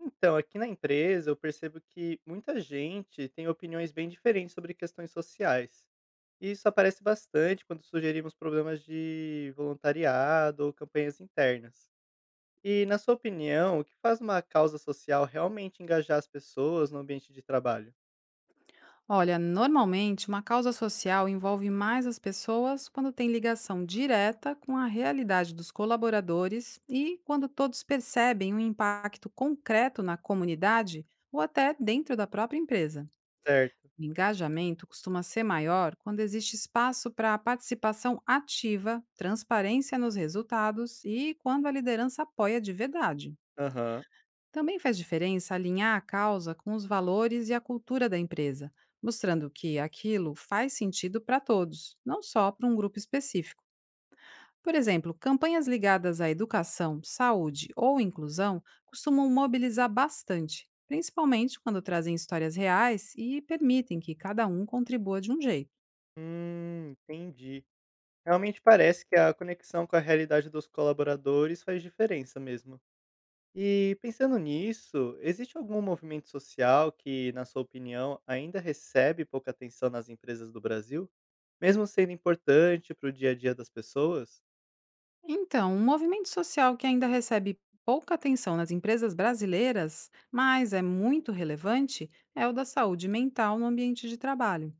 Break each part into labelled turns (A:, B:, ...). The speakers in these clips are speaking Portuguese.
A: Então, aqui na empresa, eu percebo que muita gente tem opiniões bem diferentes sobre questões sociais. E isso aparece bastante quando sugerimos problemas de voluntariado ou campanhas internas. E, na sua opinião, o que faz uma causa social realmente engajar as pessoas no ambiente de trabalho?
B: Olha, normalmente uma causa social envolve mais as pessoas quando tem ligação direta com a realidade dos colaboradores e quando todos percebem um impacto concreto na comunidade ou até dentro da própria empresa.
A: Certo.
B: O engajamento costuma ser maior quando existe espaço para participação ativa, transparência nos resultados e quando a liderança apoia de verdade.
A: Aham.
B: Também faz diferença alinhar a causa com os valores e a cultura da empresa, mostrando que aquilo faz sentido para todos, não só para um grupo específico. Por exemplo, campanhas ligadas à educação, saúde ou inclusão costumam mobilizar bastante, principalmente quando trazem histórias reais e permitem que cada um contribua de um jeito.
A: Entendi. Realmente parece que a conexão com a realidade dos colaboradores faz diferença mesmo. E pensando nisso, existe algum movimento social que, na sua opinião, ainda recebe pouca atenção nas empresas do Brasil? Mesmo sendo importante para o dia a dia das pessoas?
B: Então, um movimento social que ainda recebe pouca atenção nas empresas brasileiras, mas é muito relevante, é o da saúde mental no ambiente de trabalho.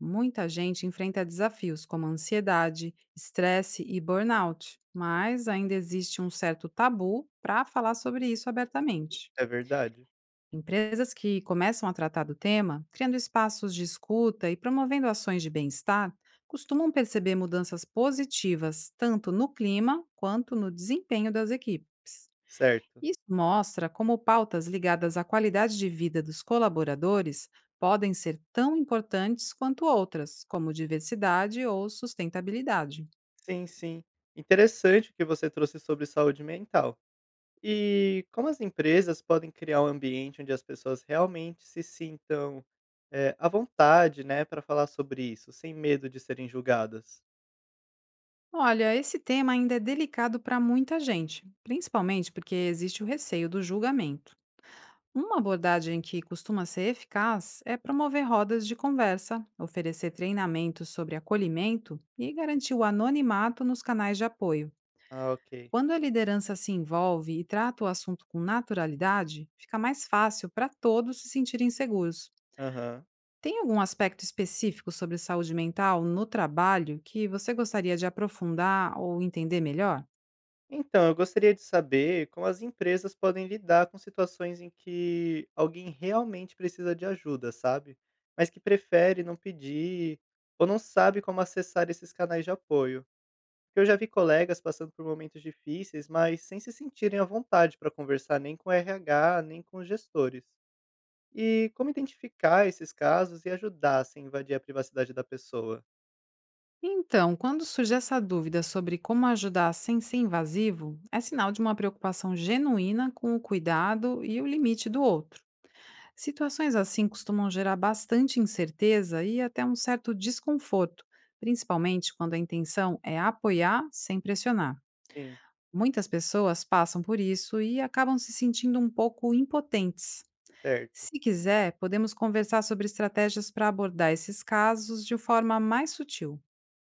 B: Muita gente enfrenta desafios como ansiedade, estresse e burnout, mas ainda existe um certo tabu para falar sobre isso abertamente.
A: É verdade.
B: Empresas que começam a tratar do tema, criando espaços de escuta e promovendo ações de bem-estar, costumam perceber mudanças positivas tanto no clima quanto no desempenho das equipes.
A: Certo.
B: Isso mostra como pautas ligadas à qualidade de vida dos colaboradores podem ser tão importantes quanto outras, como diversidade ou sustentabilidade.
A: Sim, sim. Interessante o que você trouxe sobre saúde mental. E como as empresas podem criar um ambiente onde as pessoas realmente se sintam à vontade, né, para falar sobre isso, sem medo de serem julgadas?
B: Olha, esse tema ainda é delicado para muita gente, principalmente porque existe o receio do julgamento. Uma abordagem que costuma ser eficaz é promover rodas de conversa, oferecer treinamentos sobre acolhimento e garantir o anonimato nos canais de apoio.
A: Ah, ok.
B: Quando a liderança se envolve e trata o assunto com naturalidade, fica mais fácil para todos se sentirem seguros.
A: Aham.
B: Tem algum aspecto específico sobre saúde mental no trabalho que você gostaria de aprofundar ou entender melhor?
A: Então, eu gostaria de saber como as empresas podem lidar com situações em que alguém realmente precisa de ajuda, sabe? Mas que prefere não pedir ou não sabe como acessar esses canais de apoio. Porque eu já vi colegas passando por momentos difíceis, mas sem se sentirem à vontade para conversar nem com o RH, nem com os gestores. E como identificar esses casos e ajudar sem invadir a privacidade da pessoa?
B: Então, quando surge essa dúvida sobre como ajudar sem ser invasivo, é sinal de uma preocupação genuína com o cuidado e o limite do outro. Situações assim costumam gerar bastante incerteza e até um certo desconforto, principalmente quando a intenção é apoiar sem pressionar.
A: Sim,
B: Muitas pessoas passam por isso e acabam se sentindo um pouco impotentes.
A: certo.
B: Se quiser, podemos conversar sobre estratégias para abordar esses casos de forma mais sutil.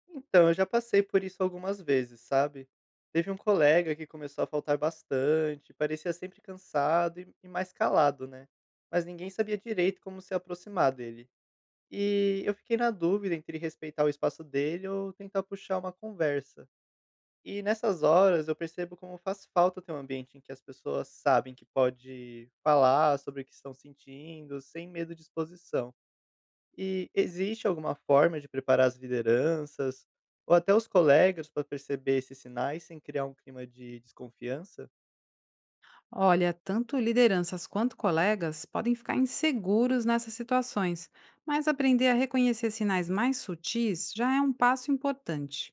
A: Então, eu já passei por isso algumas vezes, sabe. Teve um colega que começou a faltar bastante, parecia sempre cansado e mais calado, né. Mas ninguém sabia direito como se aproximar dele. E eu fiquei na dúvida entre respeitar o espaço dele ou tentar puxar uma conversa. E nessas horas eu percebo como faz falta ter um ambiente em que as pessoas sabem que pode falar sobre o que estão sentindo, sem medo de exposição. E existe alguma forma de preparar as lideranças ou até os colegas para perceber esses sinais sem criar um clima de desconfiança?
B: Olha, tanto lideranças quanto colegas podem ficar inseguros nessas situações, mas aprender a reconhecer sinais mais sutis já é um passo importante.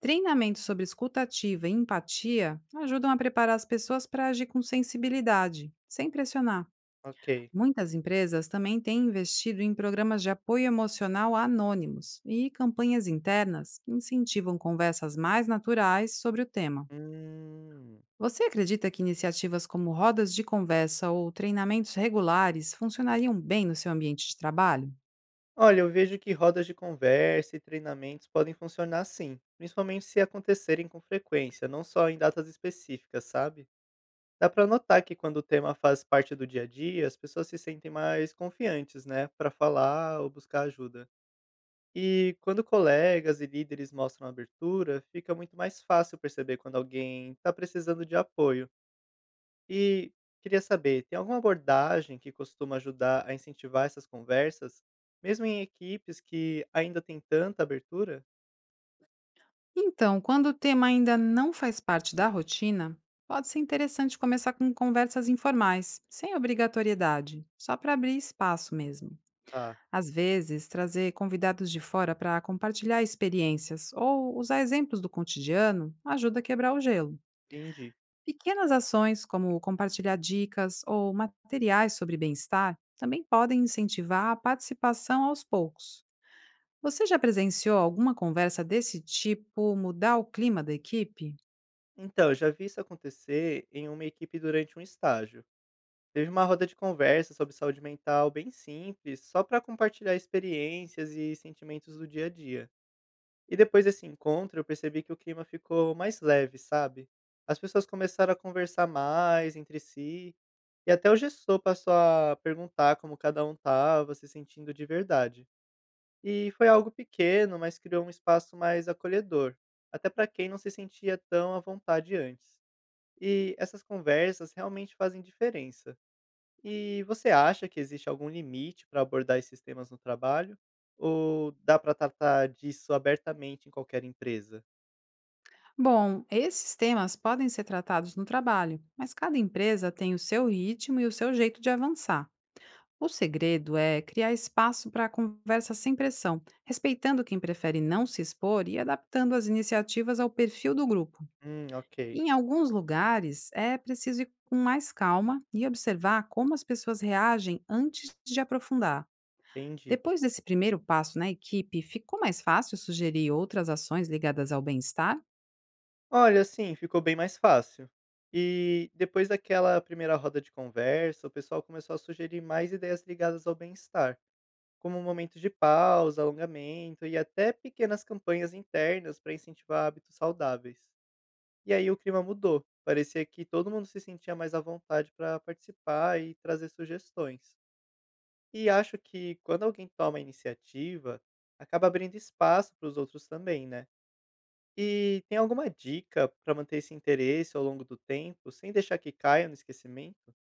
B: Treinamentos sobre escutativa e empatia ajudam a preparar as pessoas para agir com sensibilidade, sem pressionar.
A: Ok.
B: Muitas empresas também têm investido em programas de apoio emocional anônimos e campanhas internas que incentivam conversas mais naturais sobre o tema.
A: Hum.
B: Você acredita que iniciativas como rodas de conversa ou treinamentos regulares funcionariam bem no seu ambiente de trabalho?
A: Olha, eu vejo que rodas de conversa e treinamentos podem funcionar sim, principalmente se acontecerem com frequência, não só em datas específicas, sabe? Dá pra notar que quando o tema faz parte do dia a dia, as pessoas se sentem mais confiantes, né, pra falar ou buscar ajuda. E quando colegas e líderes mostram abertura, fica muito mais fácil perceber quando alguém está precisando de apoio. E queria saber, tem alguma abordagem que costuma ajudar a incentivar essas conversas, mesmo em equipes que ainda tem tanta abertura?
B: Então, quando o tema ainda não faz parte da rotina, pode ser interessante começar com conversas informais, sem obrigatoriedade, só para abrir espaço mesmo.
A: Ah,
B: Às vezes, trazer convidados de fora para compartilhar experiências ou usar exemplos do cotidiano ajuda a quebrar o gelo.
A: entendi.
B: Pequenas ações, como compartilhar dicas ou materiais sobre bem-estar, também podem incentivar a participação aos poucos. Você já presenciou alguma conversa desse tipo mudar o clima da equipe?
A: Então, eu já vi isso acontecer em uma equipe durante um estágio. Teve uma roda de conversa sobre saúde mental bem simples, só para compartilhar experiências e sentimentos do dia a dia. E depois desse encontro, eu percebi que o clima ficou mais leve, sabe? As pessoas começaram a conversar mais entre si, e até o gestor passou a perguntar como cada um estava se sentindo de verdade. E foi algo pequeno, mas criou um espaço mais acolhedor, até para quem não se sentia tão à vontade antes. E essas conversas realmente fazem diferença. E você acha que existe algum limite para abordar esses temas no trabalho? Ou dá para tratar disso abertamente em qualquer empresa?
B: Bom, esses temas podem ser tratados no trabalho, mas cada empresa tem o seu ritmo e o seu jeito de avançar. O segredo é criar espaço para a conversa sem pressão, respeitando quem prefere não se expor e adaptando as iniciativas ao perfil do grupo.
A: Ok,
B: Em alguns lugares, é preciso ir com mais calma e observar como as pessoas reagem antes de aprofundar.
A: entendi.
B: Depois desse primeiro passo na equipe, ficou mais fácil sugerir outras ações ligadas ao bem-estar?
A: Olha, assim, ficou bem mais fácil. E depois daquela primeira roda de conversa, o pessoal começou a sugerir mais ideias ligadas ao bem-estar, como momentos de pausa, alongamento e até pequenas campanhas internas para incentivar hábitos saudáveis. E aí o clima mudou. Parecia que todo mundo se sentia mais à vontade para participar e trazer sugestões. E acho que quando alguém toma a iniciativa, acaba abrindo espaço para os outros também, né? E tem alguma dica para manter esse interesse ao longo do tempo, sem deixar que caia no esquecimento?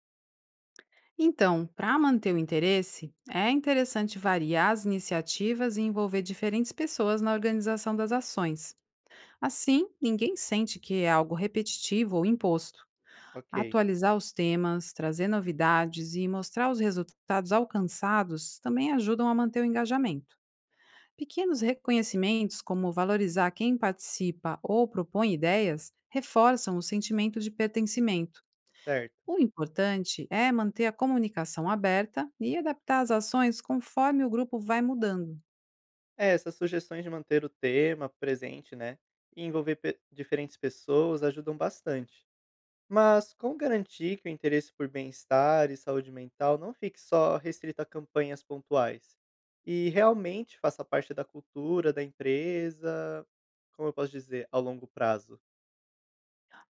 B: Então, para manter o interesse, é interessante variar as iniciativas e envolver diferentes pessoas na organização das ações. Assim, ninguém sente que é algo repetitivo ou imposto.
A: Ok,
B: Atualizar os temas, trazer novidades e mostrar os resultados alcançados também ajudam a manter o engajamento. Pequenos reconhecimentos, como valorizar quem participa ou propõe ideias, reforçam o sentimento de pertencimento.
A: certo.
B: O importante é manter a comunicação aberta e adaptar as ações conforme o grupo vai mudando.
A: É, essas sugestões de manter o tema presente, né, e envolver diferentes pessoas ajudam bastante. Mas como garantir que o interesse por bem-estar e saúde mental não fique só restrito a campanhas pontuais? E realmente faça parte da cultura da empresa, como eu posso dizer, ao longo prazo?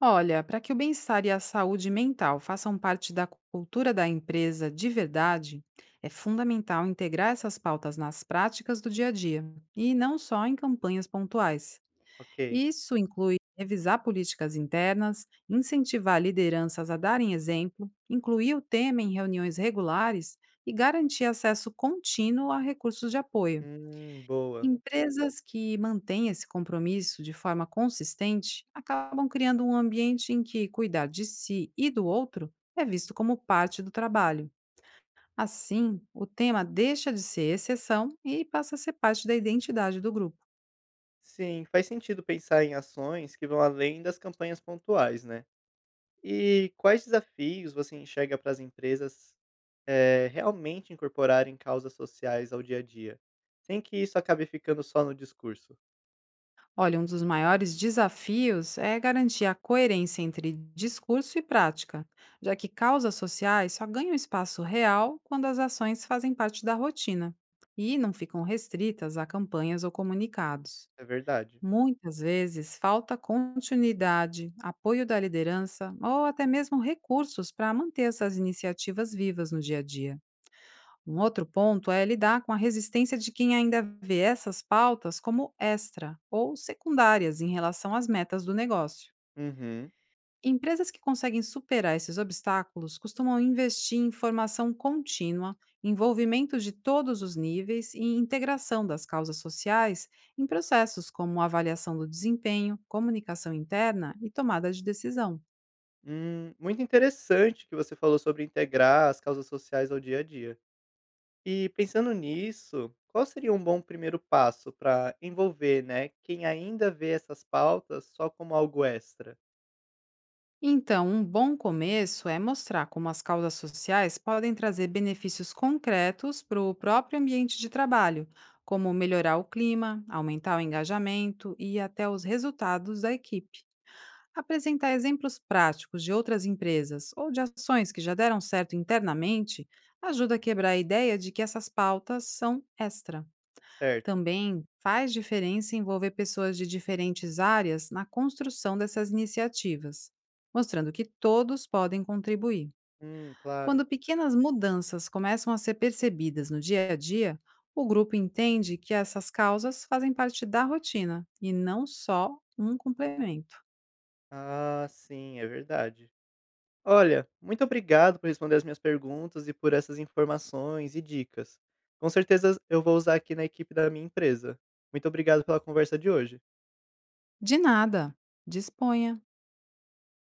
B: Olha, para que o bem-estar e a saúde mental façam parte da cultura da empresa de verdade, é fundamental integrar essas pautas nas práticas do dia a dia e não só em campanhas pontuais.
A: Ok.
B: Isso inclui revisar políticas internas, incentivar lideranças a darem exemplo, incluir o tema em reuniões regulares e garantir acesso contínuo a recursos de apoio.
A: Boa.
B: Empresas que mantêm esse compromisso de forma consistente acabam criando um ambiente em que cuidar de si e do outro é visto como parte do trabalho. Assim, o tema deixa de ser exceção e passa a ser parte da identidade do grupo.
A: Sim, faz sentido pensar em ações que vão além das campanhas pontuais, né? E quais desafios você enxerga para as empresas realmente incorporarem causas sociais ao dia a dia, sem que isso acabe ficando só no discurso?
B: Olha, um dos maiores desafios é garantir a coerência entre discurso e prática, já que causas sociais só ganham espaço real quando as ações fazem parte da rotina e não ficam restritas a campanhas ou comunicados.
A: É verdade.
B: Muitas vezes falta continuidade, apoio da liderança ou até mesmo recursos para manter essas iniciativas vivas no dia a dia. Um outro ponto é lidar com a resistência de quem ainda vê essas pautas como extra ou secundárias em relação às metas do negócio.
A: Uhum.
B: Empresas que conseguem superar esses obstáculos costumam investir em formação contínua, envolvimento de todos os níveis e integração das causas sociais em processos como avaliação do desempenho, comunicação interna e tomada de decisão.
A: Muito interessante que você falou sobre integrar as causas sociais ao dia a dia. E pensando nisso, qual seria um bom primeiro passo para envolver, né, quem ainda vê essas pautas só como algo extra,
B: Então, um bom começo é mostrar como as causas sociais podem trazer benefícios concretos para o próprio ambiente de trabalho, como melhorar o clima, aumentar o engajamento e até os resultados da equipe. Apresentar exemplos práticos de outras empresas ou de ações que já deram certo internamente ajuda a quebrar a ideia de que essas pautas são extra.
A: certo?
B: Também faz diferença envolver pessoas de diferentes áreas na construção dessas iniciativas, mostrando que todos podem contribuir.
A: Claro.
B: Quando pequenas mudanças começam a ser percebidas no dia a dia, o grupo entende que essas causas fazem parte da rotina e não só um complemento.
A: Ah, sim, é verdade. Olha, muito obrigado por responder as minhas perguntas e por essas informações e dicas. Com certeza eu vou usar aqui na equipe da minha empresa. Muito obrigado pela conversa de hoje.
B: De nada. Disponha.